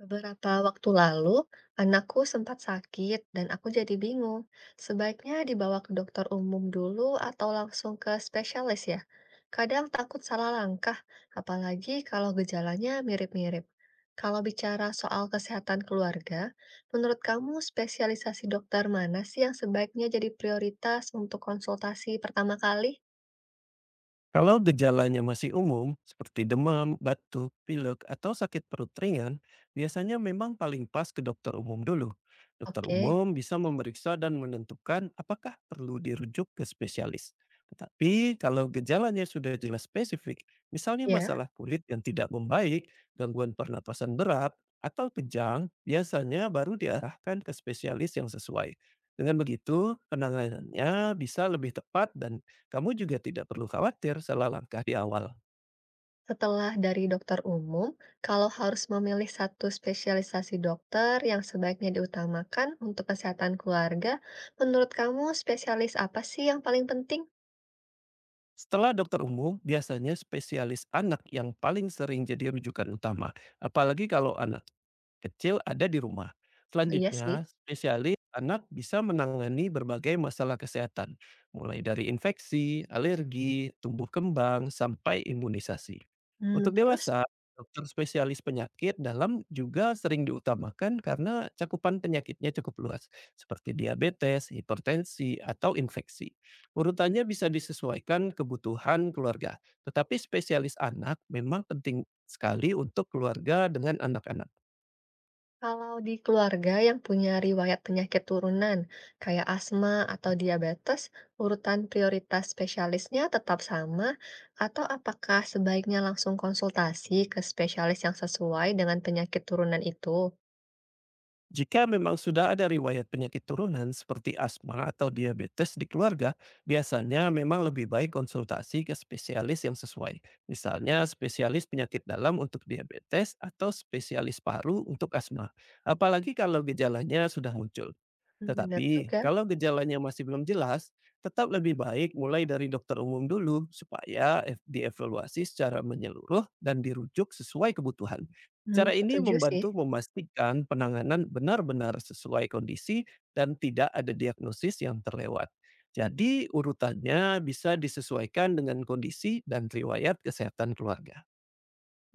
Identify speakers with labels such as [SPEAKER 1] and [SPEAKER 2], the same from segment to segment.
[SPEAKER 1] Beberapa waktu lalu, anakku sempat sakit dan aku jadi bingung. Sebaiknya dibawa ke dokter umum dulu atau langsung ke spesialis ya. Kadang takut salah langkah, apalagi kalau gejalanya mirip-mirip. Kalau bicara soal kesehatan keluarga, menurut kamu spesialisasi dokter mana sih yang sebaiknya jadi prioritas untuk konsultasi pertama kali?
[SPEAKER 2] Kalau gejalanya masih umum, seperti demam, batuk, pilek, atau sakit perut ringan, biasanya memang paling pas ke dokter umum dulu. Dokter
[SPEAKER 1] Oke,
[SPEAKER 2] umum bisa memeriksa dan menentukan apakah perlu dirujuk ke spesialis. Tetapi kalau gejalanya sudah jelas spesifik, misalnya
[SPEAKER 1] ya.
[SPEAKER 2] masalah kulit yang tidak membaik, gangguan pernapasan berat, atau kejang, biasanya baru diarahkan ke spesialis yang sesuai. Dengan begitu, penanganannya bisa lebih tepat dan kamu juga tidak perlu khawatir salah langkah di awal.
[SPEAKER 1] Setelah dari dokter umum, kalau harus memilih satu spesialisasi dokter yang sebaiknya diutamakan untuk kesehatan keluarga, menurut kamu spesialis apa sih yang paling penting?
[SPEAKER 2] Setelah dokter umum, biasanya spesialis anak yang paling sering jadi rujukan utama, apalagi kalau anak kecil ada di rumah.
[SPEAKER 1] Oh, iya sih.
[SPEAKER 2] Selanjutnya, spesialis anak bisa menangani berbagai masalah kesehatan, mulai dari infeksi, alergi, tumbuh kembang, sampai imunisasi. Untuk
[SPEAKER 1] Terus
[SPEAKER 2] dewasa, dokter spesialis penyakit dalam juga sering diutamakan karena cakupan penyakitnya cukup luas, seperti diabetes, hipertensi, atau infeksi. Urutannya bisa disesuaikan kebutuhan keluarga, tetapi spesialis anak memang penting sekali untuk keluarga dengan anak-anak.
[SPEAKER 1] kalau di keluarga yang punya riwayat penyakit turunan, kayak asma atau diabetes, urutan prioritas spesialisnya tetap sama, atau apakah sebaiknya langsung konsultasi ke spesialis yang sesuai dengan penyakit turunan itu?
[SPEAKER 2] Jika memang sudah ada riwayat penyakit turunan seperti asma atau diabetes di keluarga, biasanya memang lebih baik konsultasi ke spesialis yang sesuai. Misalnya spesialis penyakit dalam untuk diabetes atau spesialis paru untuk asma. Apalagi kalau gejalanya sudah muncul.
[SPEAKER 1] Hmm, benar
[SPEAKER 2] Tetapi,
[SPEAKER 1] juga.
[SPEAKER 2] kalau gejalanya masih belum jelas, tetap lebih baik mulai dari dokter umum dulu supaya dievaluasi secara menyeluruh dan dirujuk sesuai kebutuhan.
[SPEAKER 1] Mhm,
[SPEAKER 2] Cara ini
[SPEAKER 1] setuju sih.
[SPEAKER 2] membantu memastikan penanganan benar-benar sesuai kondisi dan tidak ada diagnosis yang terlewat. Jadi, urutannya bisa disesuaikan dengan kondisi dan riwayat kesehatan keluarga.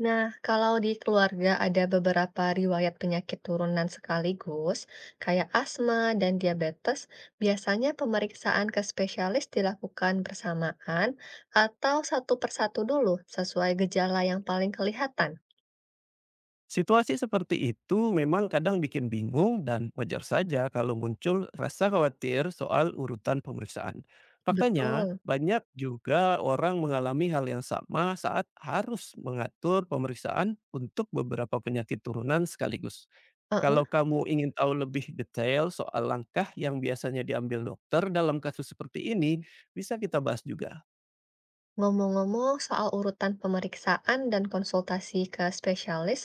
[SPEAKER 1] Nah, kalau di keluarga ada beberapa riwayat penyakit turunan sekaligus, kayak asma dan diabetes, biasanya pemeriksaan ke spesialis dilakukan bersamaan atau satu persatu dulu sesuai gejala yang paling kelihatan.
[SPEAKER 2] Situasi seperti itu memang kadang bikin bingung dan wajar saja kalau muncul rasa khawatir soal urutan pemeriksaan. Faktanya,
[SPEAKER 1] Betul.
[SPEAKER 2] banyak juga orang mengalami hal yang sama saat harus mengatur pemeriksaan untuk beberapa penyakit turunan sekaligus. Kalau kamu ingin tahu lebih detail soal langkah yang biasanya diambil dokter dalam kasus seperti ini, bisa kita bahas juga.
[SPEAKER 1] Ngomong-ngomong soal urutan pemeriksaan dan konsultasi ke spesialis,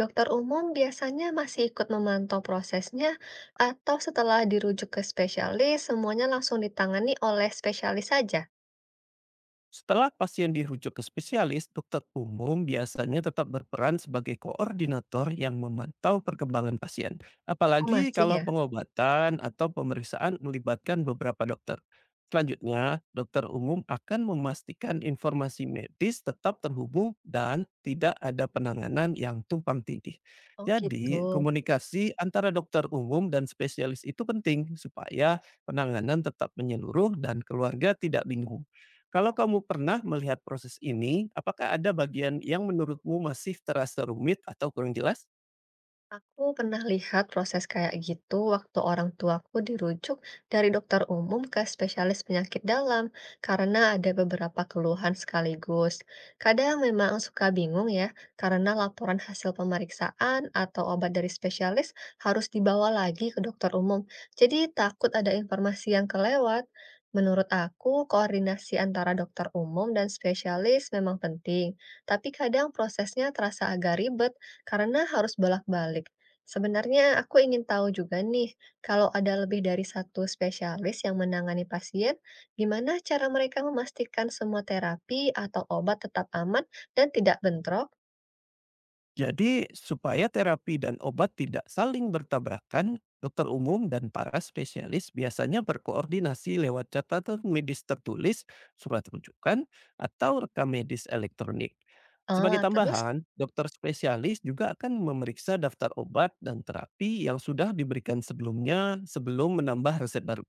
[SPEAKER 1] dokter umum biasanya masih ikut memantau prosesnya atau setelah dirujuk ke spesialis, semuanya langsung ditangani oleh spesialis saja?
[SPEAKER 2] Setelah pasien dirujuk ke spesialis, dokter umum biasanya tetap berperan sebagai koordinator yang memantau perkembangan pasien.
[SPEAKER 1] Oh,
[SPEAKER 2] Apalagi
[SPEAKER 1] masih
[SPEAKER 2] kalau
[SPEAKER 1] ya?
[SPEAKER 2] pengobatan atau pemeriksaan melibatkan beberapa dokter. Selanjutnya, dokter umum akan memastikan informasi medis tetap terhubung dan tidak ada penanganan yang tumpang tindih.
[SPEAKER 1] Oh, gitu.
[SPEAKER 2] Jadi, komunikasi antara dokter umum dan spesialis itu penting supaya penanganan tetap menyeluruh dan keluarga tidak bingung. Kalau kamu pernah melihat proses ini, apakah ada bagian yang menurutmu masih terasa rumit atau kurang jelas?
[SPEAKER 1] Aku pernah lihat proses kayak gitu waktu orang tuaku dirujuk dari dokter umum ke spesialis penyakit dalam karena ada beberapa keluhan sekaligus. Kadang memang suka bingung ya, karena laporan hasil pemeriksaan atau obat dari spesialis harus dibawa lagi ke dokter umum. Jadi takut ada informasi yang kelewat. Menurut aku, koordinasi antara dokter umum dan spesialis memang penting, tapi kadang prosesnya terasa agak ribet karena harus bolak-balik. Sebenarnya aku ingin tahu juga nih, kalau ada lebih dari satu spesialis yang menangani pasien, gimana cara mereka memastikan semua terapi atau obat tetap aman dan tidak bentrok?
[SPEAKER 2] Jadi, supaya terapi dan obat tidak saling bertabrakan, dokter umum dan para spesialis biasanya berkoordinasi lewat catatan medis tertulis, surat rujukan, atau rekam medis elektronik. Sebagai
[SPEAKER 1] Ah, terus?
[SPEAKER 2] tambahan, dokter spesialis juga akan memeriksa daftar obat dan terapi yang sudah diberikan sebelumnya sebelum menambah resep baru.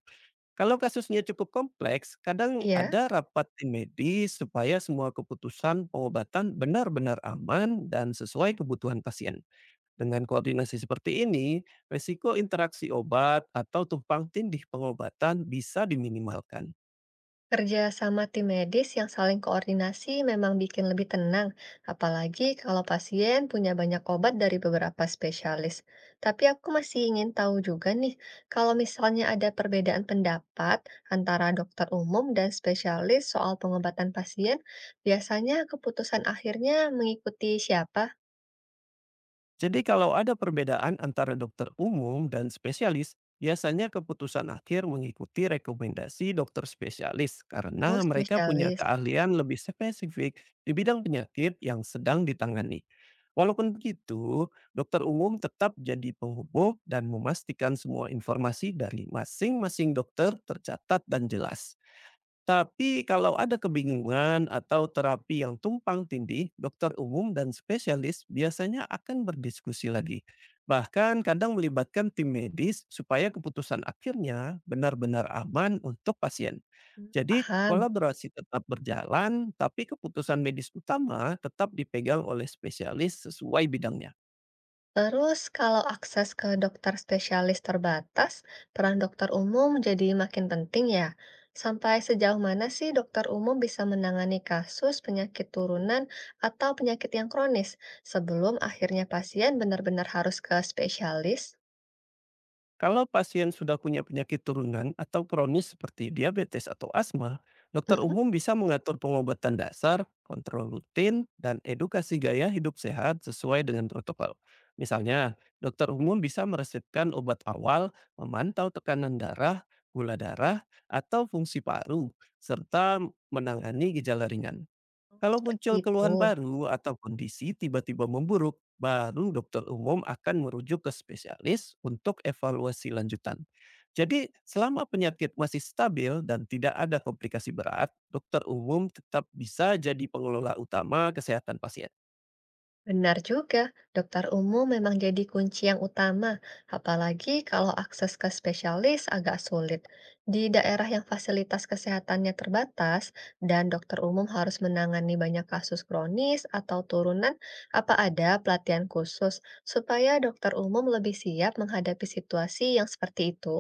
[SPEAKER 2] Kalau kasusnya cukup kompleks, kadang
[SPEAKER 1] Iya.
[SPEAKER 2] ada rapat tim medis supaya semua keputusan pengobatan benar-benar aman dan sesuai kebutuhan pasien. Dengan koordinasi seperti ini, resiko interaksi obat atau tumpang tindih pengobatan bisa diminimalkan.
[SPEAKER 1] Kerja sama tim medis yang saling koordinasi memang bikin lebih tenang, apalagi kalau pasien punya banyak obat dari beberapa spesialis. Tapi aku masih ingin tahu juga nih, kalau misalnya ada perbedaan pendapat antara dokter umum dan spesialis soal pengobatan pasien, biasanya keputusan akhirnya mengikuti siapa?
[SPEAKER 2] Jadi kalau ada perbedaan antara dokter umum dan spesialis, biasanya keputusan akhir mengikuti rekomendasi dokter spesialis
[SPEAKER 1] Oh,
[SPEAKER 2] karena mereka punya
[SPEAKER 1] spesialis.
[SPEAKER 2] keahlian lebih spesifik di bidang penyakit yang sedang ditangani. Walaupun begitu, dokter umum tetap jadi penghubung dan memastikan semua informasi dari masing-masing dokter tercatat dan jelas. Tapi kalau ada kebingungan atau terapi yang tumpang tindih, dokter umum dan spesialis biasanya akan berdiskusi lagi. Bahkan kadang melibatkan tim medis supaya keputusan akhirnya benar-benar aman untuk pasien.
[SPEAKER 1] Hmm,
[SPEAKER 2] Jadi
[SPEAKER 1] paham.
[SPEAKER 2] kolaborasi tetap berjalan, tapi keputusan medis utama tetap dipegang oleh spesialis sesuai bidangnya.
[SPEAKER 1] Terus kalau akses ke dokter spesialis terbatas, peran dokter umum jadi makin penting ya. Sampai sejauh mana sih dokter umum bisa menangani kasus penyakit turunan atau penyakit yang kronis sebelum akhirnya pasien benar-benar harus ke spesialis?
[SPEAKER 2] Kalau pasien sudah punya penyakit turunan atau kronis seperti diabetes atau asma, dokter
[SPEAKER 1] Mm-mm.
[SPEAKER 2] umum bisa mengatur pengobatan dasar, kontrol rutin, dan edukasi gaya hidup sehat sesuai dengan protokol. Misalnya, dokter umum bisa meresepkan obat awal, memantau tekanan darah, gula darah, atau fungsi paru, serta menangani gejala ringan. Kalau muncul
[SPEAKER 1] Seperti itu.
[SPEAKER 2] keluhan baru atau kondisi tiba-tiba memburuk, baru dokter umum akan merujuk ke spesialis untuk evaluasi lanjutan. Jadi, selama penyakit masih stabil dan tidak ada komplikasi berat, dokter umum tetap bisa jadi pengelola utama kesehatan pasien.
[SPEAKER 1] Benar juga, dokter umum memang jadi kunci yang utama, apalagi kalau akses ke spesialis agak sulit. Di daerah yang fasilitas kesehatannya terbatas dan dokter umum harus menangani banyak kasus kronis atau turunan, apa ada pelatihan khusus supaya dokter umum lebih siap menghadapi situasi yang seperti itu?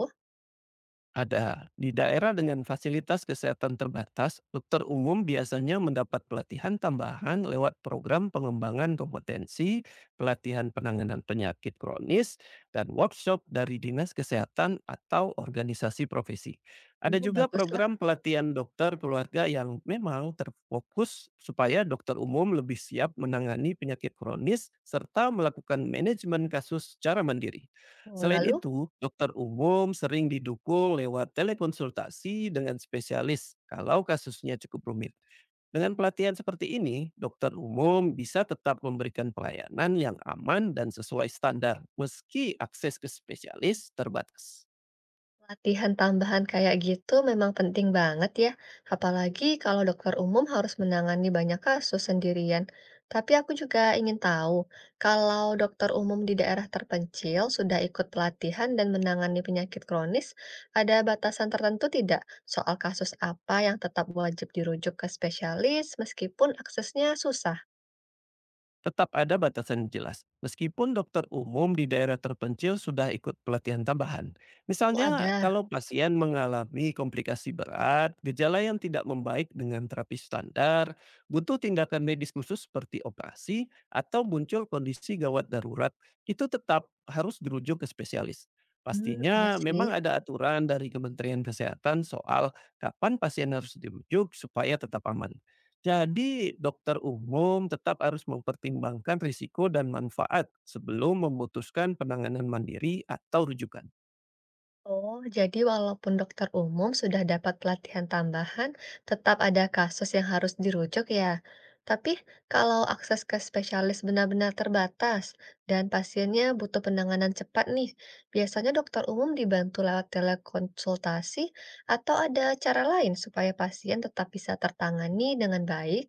[SPEAKER 2] Ada. Di daerah dengan fasilitas kesehatan terbatas, dokter umum biasanya mendapat pelatihan tambahan lewat program pengembangan kompetensi, pelatihan penanganan penyakit kronis, dan workshop dari dinas kesehatan atau organisasi profesi. Ada
[SPEAKER 1] Oh,
[SPEAKER 2] juga
[SPEAKER 1] baguslah.
[SPEAKER 2] program pelatihan dokter keluarga yang memang terfokus supaya dokter umum lebih siap menangani penyakit kronis serta melakukan manajemen kasus secara mandiri.
[SPEAKER 1] Oh,
[SPEAKER 2] Selain
[SPEAKER 1] lalu
[SPEAKER 2] itu, dokter umum sering didukung lewat telekonsultasi dengan spesialis kalau kasusnya cukup rumit. Dengan pelatihan seperti ini, dokter umum bisa tetap memberikan pelayanan yang aman dan sesuai standar meski akses ke spesialis terbatas.
[SPEAKER 1] latihan tambahan kayak gitu memang penting banget ya, apalagi kalau dokter umum harus menangani banyak kasus sendirian. Tapi aku juga ingin tahu, kalau dokter umum di daerah terpencil sudah ikut pelatihan dan menangani penyakit kronis, ada batasan tertentu tidak soal kasus apa yang tetap wajib dirujuk ke spesialis meskipun aksesnya susah?
[SPEAKER 2] Tetap ada batasan yang jelas, meskipun dokter umum di daerah terpencil sudah ikut pelatihan tambahan.
[SPEAKER 1] Oh,
[SPEAKER 2] Misalnya,
[SPEAKER 1] ada.
[SPEAKER 2] kalau pasien mengalami komplikasi berat, gejala yang tidak membaik dengan terapi standar, butuh tindakan medis khusus seperti operasi, atau muncul kondisi gawat darurat, itu tetap harus dirujuk ke spesialis.
[SPEAKER 1] Hmm, iya
[SPEAKER 2] Pastinya
[SPEAKER 1] sih.
[SPEAKER 2] memang ada aturan dari Kementerian Kesehatan soal kapan pasien harus dirujuk supaya tetap aman. Jadi, dokter umum tetap harus mempertimbangkan risiko dan manfaat sebelum memutuskan penanganan mandiri atau rujukan.
[SPEAKER 1] Oh, jadi walaupun dokter umum sudah dapat pelatihan tambahan, tetap ada kasus yang harus dirujuk ya. Tapi kalau akses ke spesialis benar-benar terbatas dan pasiennya butuh penanganan cepat nih, biasanya dokter umum dibantu lewat telekonsultasi atau ada cara lain supaya pasien tetap bisa tertangani dengan baik.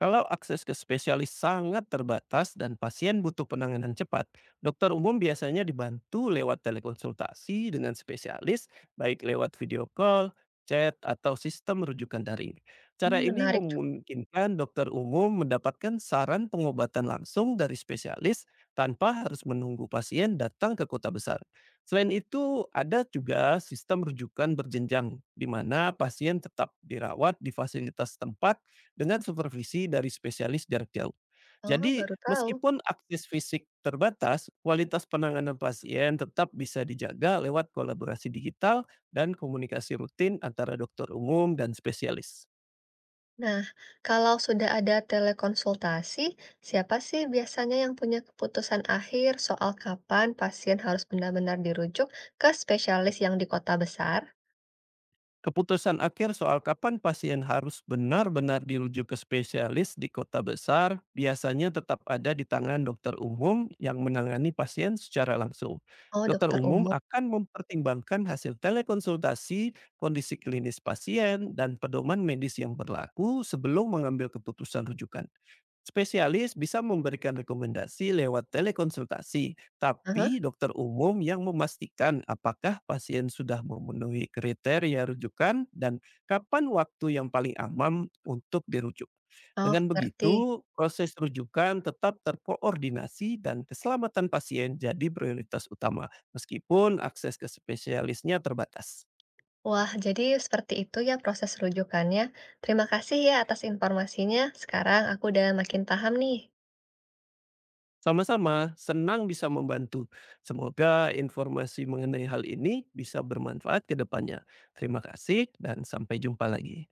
[SPEAKER 2] Kalau akses ke spesialis sangat terbatas dan pasien butuh penanganan cepat, dokter umum biasanya dibantu lewat telekonsultasi dengan spesialis, baik lewat video call, chat, atau sistem rujukan daring.
[SPEAKER 1] Hmm,
[SPEAKER 2] Cara ini
[SPEAKER 1] menarik juga.
[SPEAKER 2] memungkinkan dokter umum mendapatkan saran pengobatan langsung dari spesialis tanpa harus menunggu pasien datang ke kota besar. Selain itu, ada juga sistem rujukan berjenjang, di mana pasien tetap dirawat di fasilitas tempat dengan supervisi dari spesialis jarak jauh.
[SPEAKER 1] Oh,
[SPEAKER 2] Jadi,
[SPEAKER 1] baru tahu.
[SPEAKER 2] meskipun akses fisik terbatas, kualitas penanganan pasien tetap bisa dijaga lewat kolaborasi digital dan komunikasi rutin antara dokter umum dan spesialis.
[SPEAKER 1] Nah, kalau sudah ada telekonsultasi, siapa sih biasanya yang punya keputusan akhir soal kapan pasien harus benar-benar dirujuk ke spesialis yang di kota besar?
[SPEAKER 2] Keputusan akhir soal kapan pasien harus benar-benar dirujuk ke spesialis di kota besar biasanya tetap ada di tangan dokter umum yang menangani pasien secara langsung.
[SPEAKER 1] Oh,
[SPEAKER 2] Dokter
[SPEAKER 1] dokter
[SPEAKER 2] umum
[SPEAKER 1] umum.
[SPEAKER 2] akan mempertimbangkan hasil telekonsultasi, kondisi klinis pasien, dan pedoman medis yang berlaku sebelum mengambil keputusan rujukan. Spesialis bisa memberikan rekomendasi lewat telekonsultasi,
[SPEAKER 1] Aha.
[SPEAKER 2] tapi dokter umum yang memastikan apakah pasien sudah memenuhi kriteria rujukan dan kapan waktu yang paling aman untuk dirujuk.
[SPEAKER 1] Oh,
[SPEAKER 2] Dengan
[SPEAKER 1] ngerti.
[SPEAKER 2] begitu, proses rujukan tetap terkoordinasi dan keselamatan pasien jadi prioritas utama, meskipun akses ke spesialisnya terbatas.
[SPEAKER 1] Wah, jadi seperti itu ya proses rujukannya. Terima kasih ya atas informasinya. Sekarang aku udah makin paham nih.
[SPEAKER 2] Sama-sama, senang bisa membantu. Semoga informasi mengenai hal ini bisa bermanfaat ke depannya. Terima kasih dan sampai jumpa lagi.